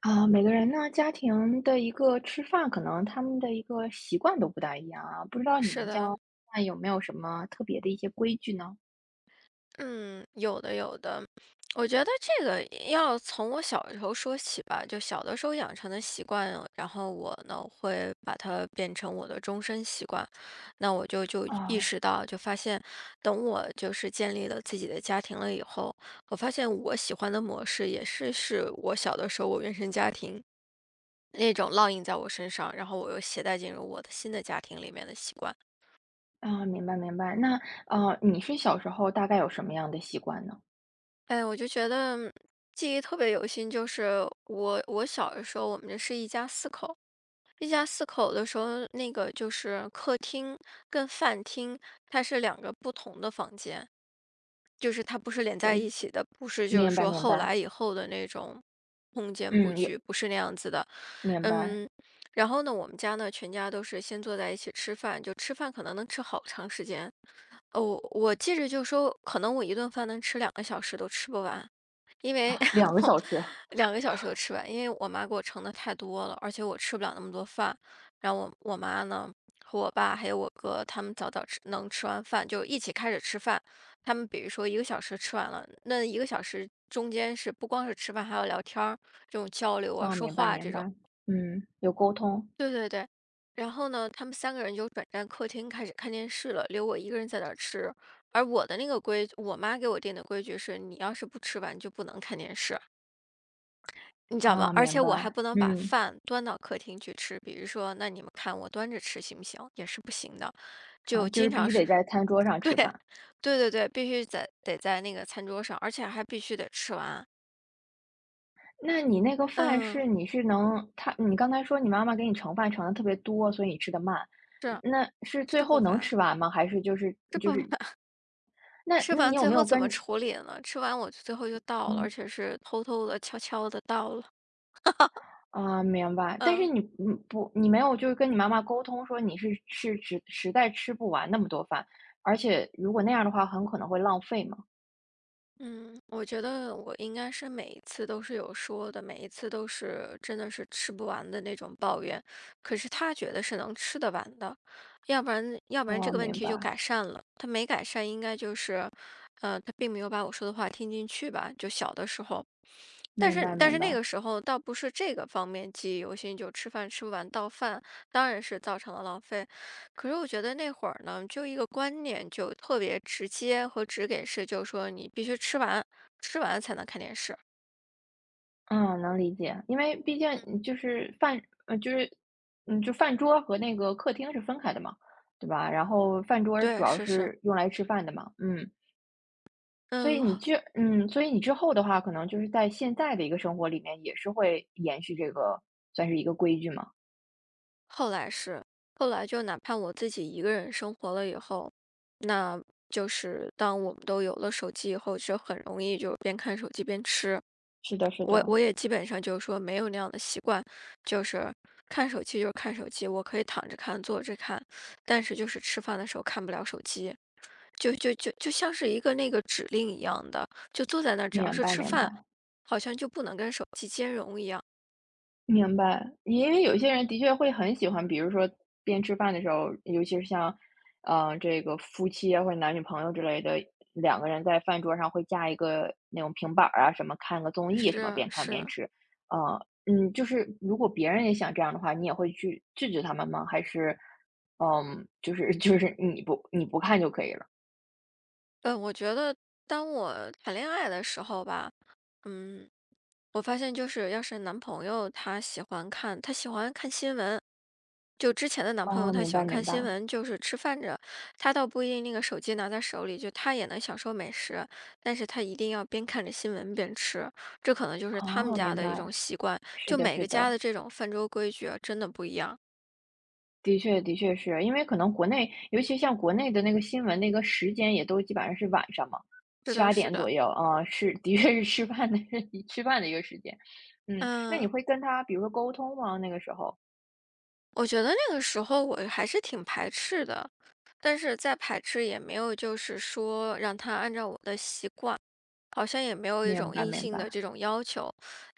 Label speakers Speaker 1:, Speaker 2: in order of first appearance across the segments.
Speaker 1: 啊，每个人呢，家庭的一个吃饭，可能他们的一个习惯都不大一样啊。不知道你
Speaker 2: 是
Speaker 1: 们家
Speaker 2: 的，
Speaker 1: 那有没有什么特别的一些规矩呢？
Speaker 2: 嗯，有的有的，我觉得这个要从我小时候说起吧，就小的时候养成的习惯，然后我呢会把它变成我的终身习惯，那我就意
Speaker 1: 啊
Speaker 2: 识到，就发现，等我就是建立了自己的家庭了以后，我发现我喜欢的模式也是我小的时候我原生家庭那种烙印在我身上，然后我又携带进入我的新的家庭里面的习惯。
Speaker 1: 啊，明白明白。那你是小时候大概有什么样的习惯呢？
Speaker 2: 哎，我就觉得记忆特别犹新，就是我小的时候，我们这是一家四口，一家四口的时候，那个就是客厅跟饭厅，它是2个不同的房间，就是它不是连在一
Speaker 1: 嗯，
Speaker 2: 起的，不是就是
Speaker 1: 明白
Speaker 2: 说
Speaker 1: 明
Speaker 2: 后
Speaker 1: 白。
Speaker 2: 来以后的那种空间布
Speaker 1: 嗯，有
Speaker 2: 局，不是那样子的。
Speaker 1: 明白。
Speaker 2: 嗯，然后呢，我们家呢，全家都是先坐在一起吃饭，就吃饭可能能吃好长时间。哦，我记着就说，可能我一顿饭能吃两个小时都吃不完。因为
Speaker 1: 两 个
Speaker 2: 我
Speaker 1: 小时
Speaker 2: 2个小时就吃完，因为我妈给我盛的太多了，而且我吃不了那么多饭。然后我妈呢和我爸还有我哥他们早早吃能吃完饭就一起开始吃饭。他们比如说一个小时吃完了，那一个小时中间是不光是吃饭，还要聊天儿，这种交流啊、
Speaker 1: 啊，
Speaker 2: 说
Speaker 1: 明白
Speaker 2: 话这
Speaker 1: 明
Speaker 2: 种。
Speaker 1: 白。嗯，有沟通
Speaker 2: 对对对。然后呢，他们3个人就转战客厅开始看电视了，留我一个人在那儿吃。而我妈给我定的规矩是，你要是不吃完就不能看电视。你知道吗？
Speaker 1: 啊，
Speaker 2: 而
Speaker 1: 明
Speaker 2: 且
Speaker 1: 白。
Speaker 2: 我还不能把
Speaker 1: 嗯
Speaker 2: 饭端到客厅去吃，比如说，那你们看我端着吃行不行？也是不行的，
Speaker 1: 啊，
Speaker 2: 就
Speaker 1: 就是
Speaker 2: 经
Speaker 1: 必
Speaker 2: 常
Speaker 1: 须得
Speaker 2: 是
Speaker 1: 在餐桌上 吃
Speaker 2: 对，
Speaker 1: 饭。
Speaker 2: 对对对，必须得在那个餐桌上，而且还必须得吃完。
Speaker 1: 那你那个饭
Speaker 2: 嗯，
Speaker 1: 是你是能他你刚才说你妈妈给你盛饭盛的特别多，所以你吃的慢，
Speaker 2: 是
Speaker 1: 那是最
Speaker 2: 吃
Speaker 1: 后
Speaker 2: 不
Speaker 1: 能
Speaker 2: 完，
Speaker 1: 吃完吗？还是就是
Speaker 2: 吃
Speaker 1: 就
Speaker 2: 不完，
Speaker 1: 是 那
Speaker 2: 吃
Speaker 1: 那你
Speaker 2: 完
Speaker 1: 有
Speaker 2: 最
Speaker 1: 没有
Speaker 2: 后怎么
Speaker 1: 跟
Speaker 2: 处理呢？吃完我最后就倒了，
Speaker 1: 嗯，
Speaker 2: 而且是偷偷的、悄悄的倒了。
Speaker 1: 啊，明白，但是
Speaker 2: 嗯。
Speaker 1: 你不你没有就是跟你妈妈沟通说你是实在吃不完那么多饭，而且如果那样的话很可能会浪费嘛？
Speaker 2: 嗯，我觉得我应该是每一次都是有说的，每一次都是真的是吃不完的那种抱怨，可是他觉得是能吃得完的，要不然要不然
Speaker 1: 啊，
Speaker 2: 这个问题就改善了。他没改善，应该就是，呃，他并没有把我说的话听进去吧，就小的时候。但
Speaker 1: 明白
Speaker 2: 是
Speaker 1: 明白
Speaker 2: 但
Speaker 1: 明
Speaker 2: 是那个
Speaker 1: 白。
Speaker 2: 时候倒不是这个方面记忆犹新，就吃饭吃不完倒饭，当然是造成了浪费。可是我觉得那会儿呢，就一个观念就特别直接和直给式，就是说你必须吃完，吃完才能看电视。
Speaker 1: 嗯，能理解，因为毕竟你就是饭就是就饭桌和那个客厅是分开的嘛，对吧？然后饭桌主
Speaker 2: 对，
Speaker 1: 要
Speaker 2: 是是，
Speaker 1: 是用来吃饭的嘛，嗯，所以
Speaker 2: 嗯，
Speaker 1: 你之嗯，所以你之后的话，可能就是在现在的一个生活里面，也是会延续这个，算是一个规矩嘛。
Speaker 2: 后来是，后来就哪怕我自己一个人生活了以后，那就是当我们都有了手机以后，就很容易就边看手机边吃。
Speaker 1: 是的，是
Speaker 2: 我
Speaker 1: 的，
Speaker 2: 我也基本上就是说没有那样的习惯，就是看手机就是看手机，我可以躺着看、坐着看，但是就是吃饭的时候看不了手机，就像是一个那个指令一样的，就坐在那儿，只要
Speaker 1: 明
Speaker 2: 是
Speaker 1: 白，
Speaker 2: 吃
Speaker 1: 明白。
Speaker 2: 饭，好像就不能跟手机兼容一样。
Speaker 1: 明白，因为有些人的确会很喜欢，比如说边吃饭的时候，尤其是像，这个夫妻啊或者男女朋友之类的，两个人在饭桌上会架一个那种平板儿啊，什么看个综艺什么，
Speaker 2: 是
Speaker 1: 边看边
Speaker 2: 是，
Speaker 1: 吃。就是如果别人也想这样的话，你也会去制止他们吗？还是，就是 就是你不看就可以了？
Speaker 2: 嗯，我觉得当我谈恋爱的时候吧，嗯，我发现就是要是男朋友他喜欢看，他喜欢看新闻，就之前的男朋友，
Speaker 1: 哦，
Speaker 2: 他
Speaker 1: 明
Speaker 2: 喜
Speaker 1: 白
Speaker 2: 欢看
Speaker 1: 明
Speaker 2: 新
Speaker 1: 白，
Speaker 2: 闻，就是吃饭着，他倒不一定那个手机拿在手里，就他也能享受美食，但是他一定要边看着新闻边吃，这可能就是他们
Speaker 1: 哦，
Speaker 2: 家
Speaker 1: 明
Speaker 2: 的一种
Speaker 1: 白，
Speaker 2: 习惯。
Speaker 1: 是
Speaker 2: 就
Speaker 1: 的
Speaker 2: 每
Speaker 1: 是
Speaker 2: 个家
Speaker 1: 的。
Speaker 2: 的这种饭桌规矩啊，真的不一样。
Speaker 1: 的确是，因为可能国内，尤其像国内的那个新闻，那个时间也都基本上是晚上嘛，
Speaker 2: 是
Speaker 1: 七
Speaker 2: 的，
Speaker 1: 八
Speaker 2: 是
Speaker 1: 点左
Speaker 2: 的，
Speaker 1: 右，啊，是，的确是吃饭的 吃饭的一个时间。嗯，那你
Speaker 2: 嗯，
Speaker 1: 会跟他比如说沟通吗？那个时候？
Speaker 2: 我觉得那个时候我还是挺排斥的，但是再排斥也没有，就是说让他按照我的习惯。好像也没有一
Speaker 1: 明
Speaker 2: 种
Speaker 1: 白
Speaker 2: 硬
Speaker 1: 明
Speaker 2: 性的
Speaker 1: 白，
Speaker 2: 这种要求，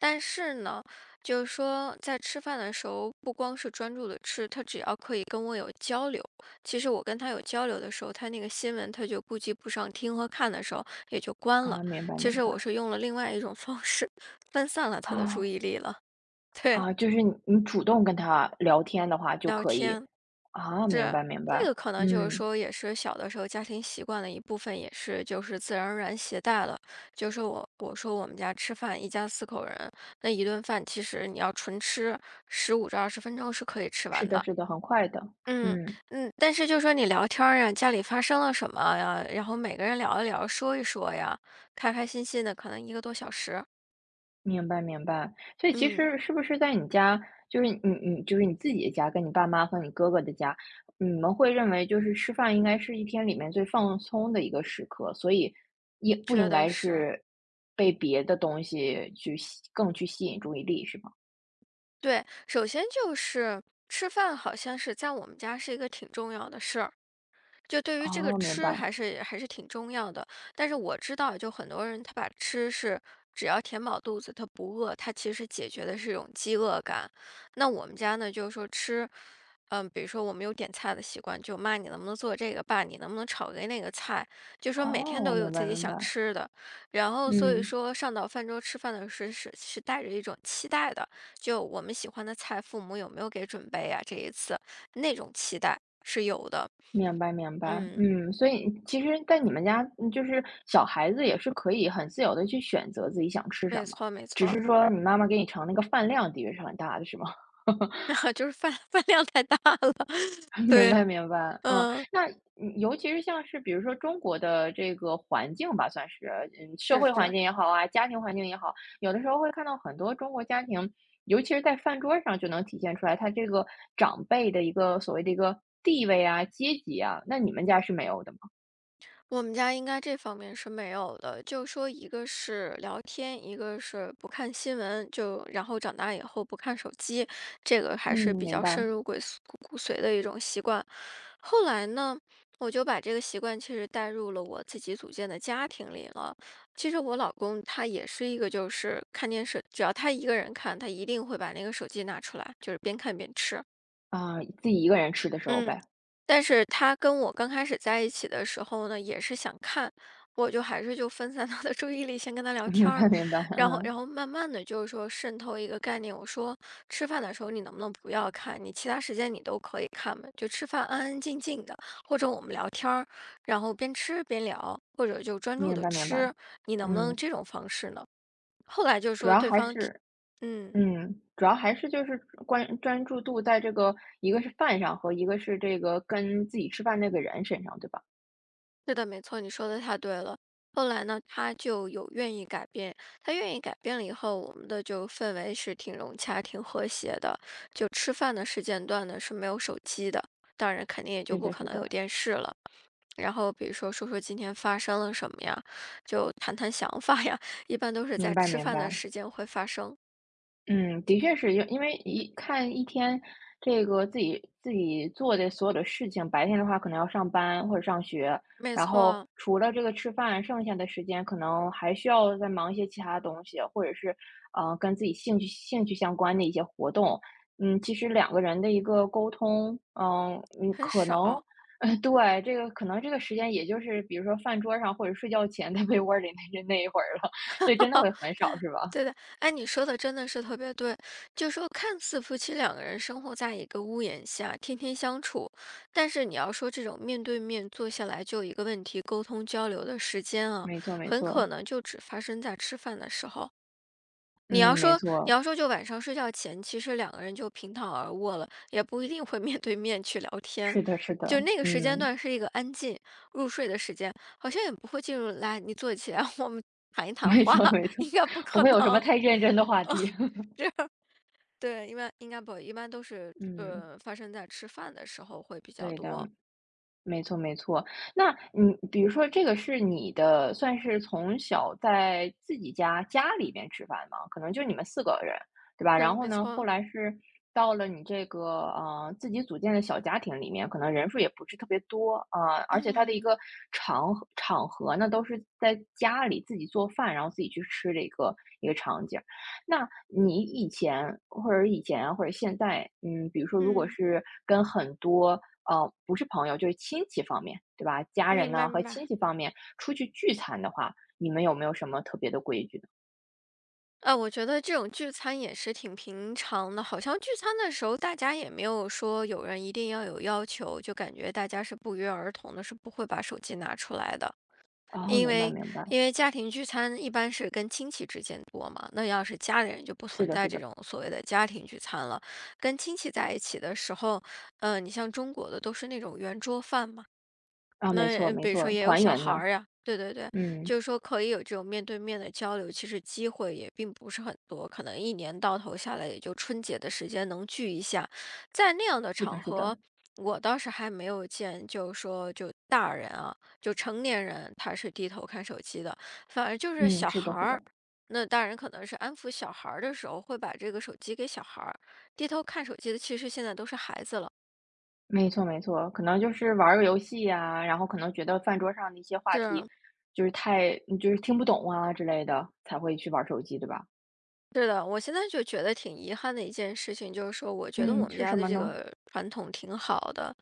Speaker 2: 但是呢，就是说在吃饭的时候，不光是专注的吃，他只要可以跟我有交流，其实我跟他有交流的时候，他那个新闻他就顾及不上听和看的时候，也就关了。
Speaker 1: 啊，明白
Speaker 2: 其
Speaker 1: 明
Speaker 2: 实我
Speaker 1: 白。
Speaker 2: 是用了另外一种方式 分散了他的注
Speaker 1: 啊
Speaker 2: 意力了。对，
Speaker 1: 啊，就是你主动跟他聊天的话就
Speaker 2: 聊
Speaker 1: 可以。
Speaker 2: 天。
Speaker 1: 啊，明
Speaker 2: 是，
Speaker 1: 白明
Speaker 2: 这
Speaker 1: 白，
Speaker 2: 个可能就是
Speaker 1: 嗯，
Speaker 2: 说，也是小的时候家庭习惯的一部分，也是就是自然而然携带了。就是我我说我们家吃饭一家四口人，那一顿饭其实你要纯吃，15至20分钟是可以吃
Speaker 1: 是
Speaker 2: 完
Speaker 1: 的
Speaker 2: 的。
Speaker 1: 是的，很快的，
Speaker 2: 嗯
Speaker 1: 嗯。
Speaker 2: 嗯，但是就说你聊天儿呀，家里发生了什么呀，然后每个人聊一聊，说一说呀，开开心心的，可能1个多小时。
Speaker 1: 明白明白，所以其
Speaker 2: 嗯，
Speaker 1: 实是不是在你家，就是你就是你自己的家，跟你爸妈和你哥哥的家，你们会认为就是吃饭应该是一天里面最放松的一个时刻，所以也不
Speaker 2: 觉
Speaker 1: 应
Speaker 2: 得
Speaker 1: 该
Speaker 2: 是
Speaker 1: 是被别的东西更去吸引注意力，是吗？
Speaker 2: 对。首先就是吃饭，好像是在我们家是一个挺重要的事儿。就对于这个
Speaker 1: 哦，明
Speaker 2: 吃
Speaker 1: 白，
Speaker 2: 还是挺重要的，但是我知道，就很多人他把吃是只要填饱肚子，他不饿，他其实解决的是一种饥饿感。那我们家呢，就是说吃，嗯，比如说我们有点菜的习惯，就妈你能不能做这个，爸你能不能炒个那个菜，就说每天
Speaker 1: 哦，
Speaker 2: 都有
Speaker 1: 明白
Speaker 2: 自己
Speaker 1: 明白，
Speaker 2: 想吃的，然后所以
Speaker 1: 嗯。
Speaker 2: 说上到饭桌吃饭的时候是是带着一种期待的，就我们喜欢的菜，父母有没有给准备啊？这一次那种期待是有的，
Speaker 1: 明白明白，
Speaker 2: 嗯。
Speaker 1: 嗯，所以其实，在你们家，就是小孩子也是可以很自由的去选择自己想吃什
Speaker 2: 没
Speaker 1: 么，
Speaker 2: 错没
Speaker 1: 只
Speaker 2: 错，
Speaker 1: 是说你妈妈给你盛那个饭量的确是很大的，是吗？
Speaker 2: 然 后就是饭 饭量太大了。
Speaker 1: 明
Speaker 2: 对，
Speaker 1: 白明白，嗯，
Speaker 2: 嗯，
Speaker 1: 那尤其是像是比如说中国的这个环境吧，算是，嗯，社
Speaker 2: 就
Speaker 1: 会环
Speaker 2: 是，
Speaker 1: 境也好啊，家庭环境也好，有的时候会看到很多中国家庭，尤其是在饭桌上就能体现出来他这个长辈的一个所谓的一个地位啊、阶级啊，那你们家是没有的吗？
Speaker 2: 我们家应该这方面是没有的。就说一个是聊天，一个是不看新闻，就然后长大以后不看手机，这个还是
Speaker 1: 嗯，
Speaker 2: 比
Speaker 1: 明
Speaker 2: 较
Speaker 1: 白。
Speaker 2: 深入鬼骨髓骨髓的一种习惯。后来呢，我就把这个习惯其实带入了我自己组建的家庭里了。其实我老公他也是一个，就是看电视，只要他一个人看，他一定会把那个手机拿出来，就是边看边吃。
Speaker 1: 啊，自己一个人吃的时候
Speaker 2: 嗯，
Speaker 1: 呗。
Speaker 2: 但是他跟我刚开始在一起的时候呢，也是想看，我就还是就分散他的注意力，先跟他 聊天
Speaker 1: 明
Speaker 2: 儿，
Speaker 1: 白明白，
Speaker 2: 然后
Speaker 1: 嗯，
Speaker 2: 然后慢慢的就是说渗透一个概念，我说吃饭的时候你能不能不要看，你其他时间你都可以看嘛，就吃饭安安静静的，或者我们聊天儿，然后边吃边聊，或者就专注
Speaker 1: 明
Speaker 2: 的
Speaker 1: 白明白。
Speaker 2: 吃，你能不能
Speaker 1: 嗯，
Speaker 2: 这种方式呢？后来就是
Speaker 1: 主
Speaker 2: 说
Speaker 1: 要
Speaker 2: 对
Speaker 1: 还
Speaker 2: 方提，
Speaker 1: 是
Speaker 2: 嗯。
Speaker 1: 主要还是就是关专注度在这个一个是饭上和一个是这个跟自己吃饭那个人身上，对吧？
Speaker 2: 是的，没错，你说的太对了。后来呢，他就有愿意改变，他愿意改变了以后，我们的就氛围是挺融洽、挺和谐的。就吃饭的时间段呢是没有手机的，当然肯定也就
Speaker 1: 是
Speaker 2: 不
Speaker 1: 的
Speaker 2: 可
Speaker 1: 是
Speaker 2: 能有
Speaker 1: 的，
Speaker 2: 电视了。然后比如说说今天发生了什么呀，就谈谈想法呀，一般都是
Speaker 1: 明
Speaker 2: 在
Speaker 1: 白
Speaker 2: 吃
Speaker 1: 明
Speaker 2: 饭的
Speaker 1: 白。
Speaker 2: 时间会发生。
Speaker 1: 嗯，的确是因为一看一天，这个自己做的所有的事情，白天的话可能要上班或者上学，
Speaker 2: 没
Speaker 1: 然后
Speaker 2: 错，
Speaker 1: 除了这个吃饭，剩下的时间可能还需要再忙一些其他东西，或者是跟自己兴趣相关的一些活动。嗯，其实两个人的一个沟通，嗯嗯，
Speaker 2: 很
Speaker 1: 可能，
Speaker 2: 少。
Speaker 1: 对，这个可能这个时间也就是比如说饭桌上或者睡觉前在被窝里那一会儿了，所以真的 会很少，是吧？
Speaker 2: 对的，哎，你说的真的是特别对。就说看似夫妻两个人生活在一个屋檐下，天天相处，但是你要说这种面对面坐下来就一个问题沟通交流的时间啊，
Speaker 1: 没错，没
Speaker 2: 很可
Speaker 1: 错。
Speaker 2: 能就只发生在吃饭的时候。你
Speaker 1: 嗯，
Speaker 2: 要
Speaker 1: 没
Speaker 2: 说，你
Speaker 1: 错，
Speaker 2: 要说就晚上睡觉前，其实两个人就平躺而卧了，也不一定会面对面去聊天。
Speaker 1: 是的，是的，
Speaker 2: 就那个时间
Speaker 1: 嗯，
Speaker 2: 段是一个安静入睡的时间，好像也不会进入来，你坐起来，我们谈一 谈
Speaker 1: 没
Speaker 2: 话，
Speaker 1: 错，没错，
Speaker 2: 应该不
Speaker 1: 不
Speaker 2: 可
Speaker 1: 会有什么
Speaker 2: 能。
Speaker 1: 太认真的话题。
Speaker 2: 对，一般应该不一般都是，
Speaker 1: 嗯，
Speaker 2: 发生在吃饭的时候会比较
Speaker 1: 对的。
Speaker 2: 多。
Speaker 1: 没错没错，那你比如说这个是你的算是从小在自己家里边吃饭吗？可能就你们4个人，对吧？
Speaker 2: 是，
Speaker 1: 然后
Speaker 2: 没
Speaker 1: 呢，后
Speaker 2: 错。
Speaker 1: 来是到了你这个，自己组建的小家庭里面，可能人数也不是特别多，啊，而且它的一
Speaker 2: 嗯。
Speaker 1: 个场合呢，都是在家里自己做饭，然后自己去吃的一个场景。那你以前或者以前啊或者现在，嗯，比如说如果
Speaker 2: 嗯，
Speaker 1: 是跟很多，哦，不是朋友，就是亲戚方面，对吧？家人
Speaker 2: 明白
Speaker 1: 呢和
Speaker 2: 明白。
Speaker 1: 亲戚方面出去聚餐的话，你们有没有什么特别的规矩呢？
Speaker 2: 啊，我觉得这种聚餐也是挺平常的，好像聚餐的时候大家也没有说有人一定要有要求，就感觉大家是不约而同的，是不会把手机拿出来的。
Speaker 1: 哦，
Speaker 2: 因
Speaker 1: 明白
Speaker 2: 为
Speaker 1: 明白，
Speaker 2: 因为家庭聚餐一般是跟亲戚之间多嘛，那要是家里人就不
Speaker 1: 是
Speaker 2: 存
Speaker 1: 的，
Speaker 2: 在
Speaker 1: 是
Speaker 2: 这
Speaker 1: 的，
Speaker 2: 种所谓的家庭聚餐了。跟亲戚在一起的时候，嗯，你像中国的都是那种圆桌饭嘛。
Speaker 1: 啊，没
Speaker 2: 那
Speaker 1: 错
Speaker 2: 嗯
Speaker 1: 没
Speaker 2: 比如
Speaker 1: 错，
Speaker 2: 说也有
Speaker 1: 团
Speaker 2: 小
Speaker 1: 圆
Speaker 2: 孩
Speaker 1: 呢，
Speaker 2: 儿呀，对对对，
Speaker 1: 嗯，
Speaker 2: 就是说可以有这种面对面的交流，其实机会也并不是很多，可能一年到头下来也就春节的时间能聚一下，在那样的
Speaker 1: 是的，
Speaker 2: 场
Speaker 1: 是的，
Speaker 2: 合，我倒是还没有见，就是说就大人啊，就成年人他是低头看手机的，反而就是
Speaker 1: 嗯，
Speaker 2: 小
Speaker 1: 是
Speaker 2: 孩
Speaker 1: 的，是
Speaker 2: 儿。
Speaker 1: 的，
Speaker 2: 那大人可能是安抚小孩儿的时候，会把这个手机给小孩儿，低头看手机的，其实现在都是孩子了。
Speaker 1: 没错没错，可能就是玩儿个游戏呀、然后可能觉得饭桌上的一些话题
Speaker 2: 是
Speaker 1: 就是太就是听不懂啊之类的，才会去玩儿手机，对吧？
Speaker 2: 是的，我现在就觉得挺遗憾的一件事情，就是说，我觉得我
Speaker 1: 嗯，
Speaker 2: 们
Speaker 1: 是
Speaker 2: 家
Speaker 1: 什
Speaker 2: 的
Speaker 1: 么
Speaker 2: 这
Speaker 1: 呢？
Speaker 2: 个传统挺好的，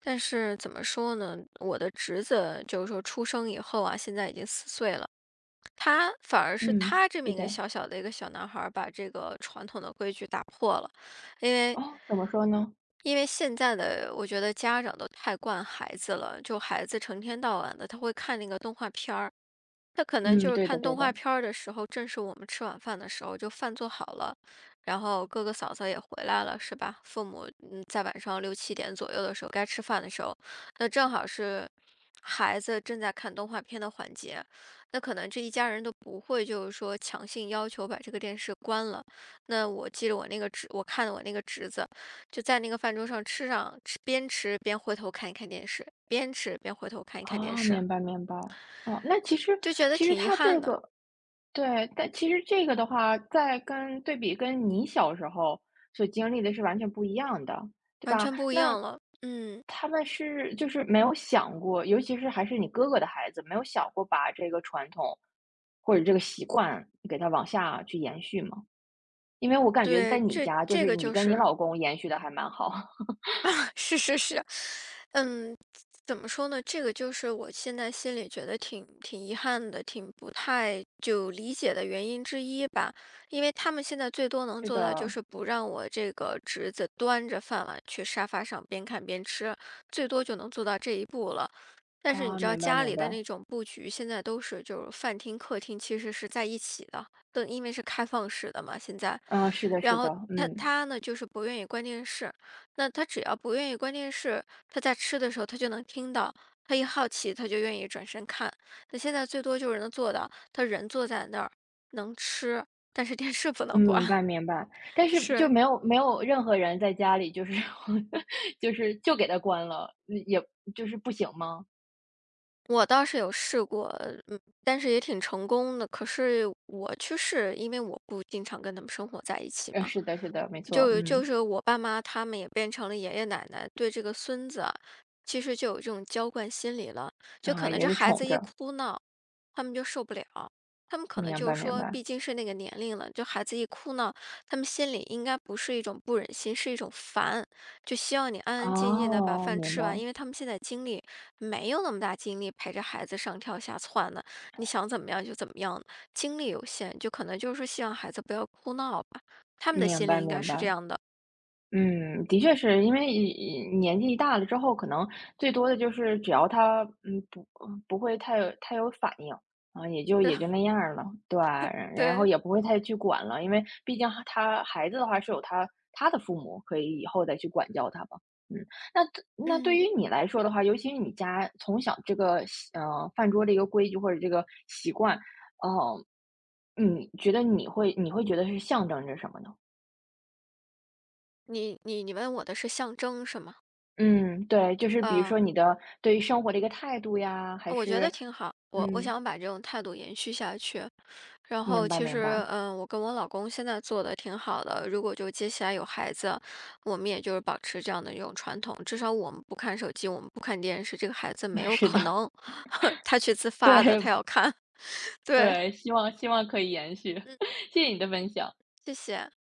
Speaker 2: 但是怎么说呢，我的侄子就是说出生以后啊，现在已经四岁了，他反而是
Speaker 1: 嗯，
Speaker 2: 他这么
Speaker 1: 是
Speaker 2: 一个
Speaker 1: 的，
Speaker 2: 小小的一个小男孩儿，把这个传统的规矩打破了，因为
Speaker 1: 哦，怎么说呢？
Speaker 2: 因为现在的我觉得家长都太惯孩子了，就孩子成天到晚的他会看那个动画片儿，他可能
Speaker 1: 嗯，
Speaker 2: 就是
Speaker 1: 对的
Speaker 2: 看
Speaker 1: 对
Speaker 2: 动画
Speaker 1: 的。
Speaker 2: 片儿的时候，正是我们吃晚饭的时候，就饭做好了，然后哥哥嫂嫂也回来了，是吧？父母嗯，在晚上六七点左右的时候该吃饭的时候，那正好是孩子正在看动画片的环节，那可能这一家人都不会就是说强行要求把这个电视关了。那我记得我看的我那个侄子就在那个饭桌上吃上，吃边吃边回头看一看电视，边吃边回头看一看电
Speaker 1: 啊，
Speaker 2: 视，
Speaker 1: 明白明白。哦，那其实
Speaker 2: 就觉得
Speaker 1: 其实
Speaker 2: 挺遗
Speaker 1: 它这
Speaker 2: 憾的。
Speaker 1: 个对，但其实这个的话，在对比跟你小时候所经历的是完全不一样的，对
Speaker 2: 完
Speaker 1: 吧？
Speaker 2: 全不一
Speaker 1: 那
Speaker 2: 样了。嗯，
Speaker 1: 他们就是没有想过，尤其是还是你哥哥的孩子，没有想过把这个传统或者这个习惯给它往下去延续吗？因为我感觉在
Speaker 2: 对，
Speaker 1: 你
Speaker 2: 这
Speaker 1: 家，就
Speaker 2: 这
Speaker 1: 是
Speaker 2: 个
Speaker 1: 你
Speaker 2: 就
Speaker 1: 跟你
Speaker 2: 是
Speaker 1: 老公延续的还蛮好。
Speaker 2: 是是是，嗯，怎么说呢？这个就是我现在心里觉得挺挺遗憾的，挺不太就理解的原因之一吧。因为他们现在最多 能
Speaker 1: 是
Speaker 2: 做到就
Speaker 1: 的，
Speaker 2: 是不让我这个侄子端着饭碗去沙发上边看边吃，最多就能做到这一步了。但是你
Speaker 1: 啊，
Speaker 2: 知道
Speaker 1: 明白
Speaker 2: 家
Speaker 1: 明
Speaker 2: 里的
Speaker 1: 白，
Speaker 2: 那种布局，现在都是就是饭厅、客厅其实是在一起的，都因为是开放式的嘛，现在。
Speaker 1: 嗯，是的
Speaker 2: 然
Speaker 1: 是的，
Speaker 2: 后他
Speaker 1: 嗯。
Speaker 2: 他呢就是不愿意关电视，那他只要不愿意，关电视，他在吃的时候他就能听到，他一好奇他就愿意转身看。那现在最多就是能做到，他人坐在那儿能吃，但是电视不
Speaker 1: 嗯，
Speaker 2: 能
Speaker 1: 明
Speaker 2: 关。
Speaker 1: 白明白，但是就
Speaker 2: 是
Speaker 1: 没有任何人在家里就是 就是就给它关了，嗯也就是不行吗？
Speaker 2: 我倒是有试过，嗯，但是也挺成功的。可是我去试，因为我不经常跟他们生活在一起嘛。
Speaker 1: 是的，是的，没错，
Speaker 2: 就就
Speaker 1: 嗯，
Speaker 2: 是我爸妈他们也变成了爷爷奶奶，对这个孙子啊，其实就有这种娇惯心理了。就可
Speaker 1: 啊，
Speaker 2: 能
Speaker 1: 也
Speaker 2: 这
Speaker 1: 是
Speaker 2: 孩
Speaker 1: 宠
Speaker 2: 子一
Speaker 1: 着，
Speaker 2: 哭闹，他们就受不了。他们可能
Speaker 1: 明
Speaker 2: 就
Speaker 1: 白
Speaker 2: 是
Speaker 1: 明
Speaker 2: 说，
Speaker 1: 白，
Speaker 2: 毕竟是那个年龄了，就孩子一哭闹，他们心里应该不是一种不忍心，是一种烦，就希望你安安静静的把
Speaker 1: 哦，
Speaker 2: 饭
Speaker 1: 明
Speaker 2: 吃完，
Speaker 1: 白
Speaker 2: 因为他们现在精力没有那么大精力陪着孩子上跳下窜的，你想怎么样就怎么样，精力有限，就可能就是希望孩子不要哭闹吧。他们的
Speaker 1: 明
Speaker 2: 心里
Speaker 1: 白
Speaker 2: 应该
Speaker 1: 明
Speaker 2: 是这
Speaker 1: 白，
Speaker 2: 样的，
Speaker 1: 嗯，的确是因为年纪一大了之后，可能最多的就是只要他不会太有反应啊，也就
Speaker 2: 对
Speaker 1: 也就那样儿了，对，然后
Speaker 2: 对，
Speaker 1: 也不会太去管了，因为毕竟他孩子的话是有他的父母可以以后再去管教他吧。嗯，那对
Speaker 2: 嗯，
Speaker 1: 于你来说的话，尤其是你家从小这个饭桌的一个规矩或者这个习惯，哦，你觉得你会觉得是象征着什么呢？
Speaker 2: 你问我的是象征是吗？
Speaker 1: 嗯，对，就是比如说
Speaker 2: 啊、
Speaker 1: 你的对于生活的一个态度呀，还
Speaker 2: 我觉
Speaker 1: 是
Speaker 2: 得挺好，我
Speaker 1: 嗯，
Speaker 2: 想把这种态度延续下去。然后
Speaker 1: 明
Speaker 2: 嗯
Speaker 1: 白
Speaker 2: 其
Speaker 1: 明白，
Speaker 2: 实，嗯，我跟我老公现在做的挺好的。如果就接下来有孩子，我们也就是保持这样的一种传统，至少我们不看手机，我们不看电视，这个孩子没 有
Speaker 1: 是的，
Speaker 2: 可能 他 去自发的，他
Speaker 1: 对
Speaker 2: 要看。对，
Speaker 1: 对，希望希望可以延续，
Speaker 2: 嗯，
Speaker 1: 谢谢你的分享。
Speaker 2: 谢谢。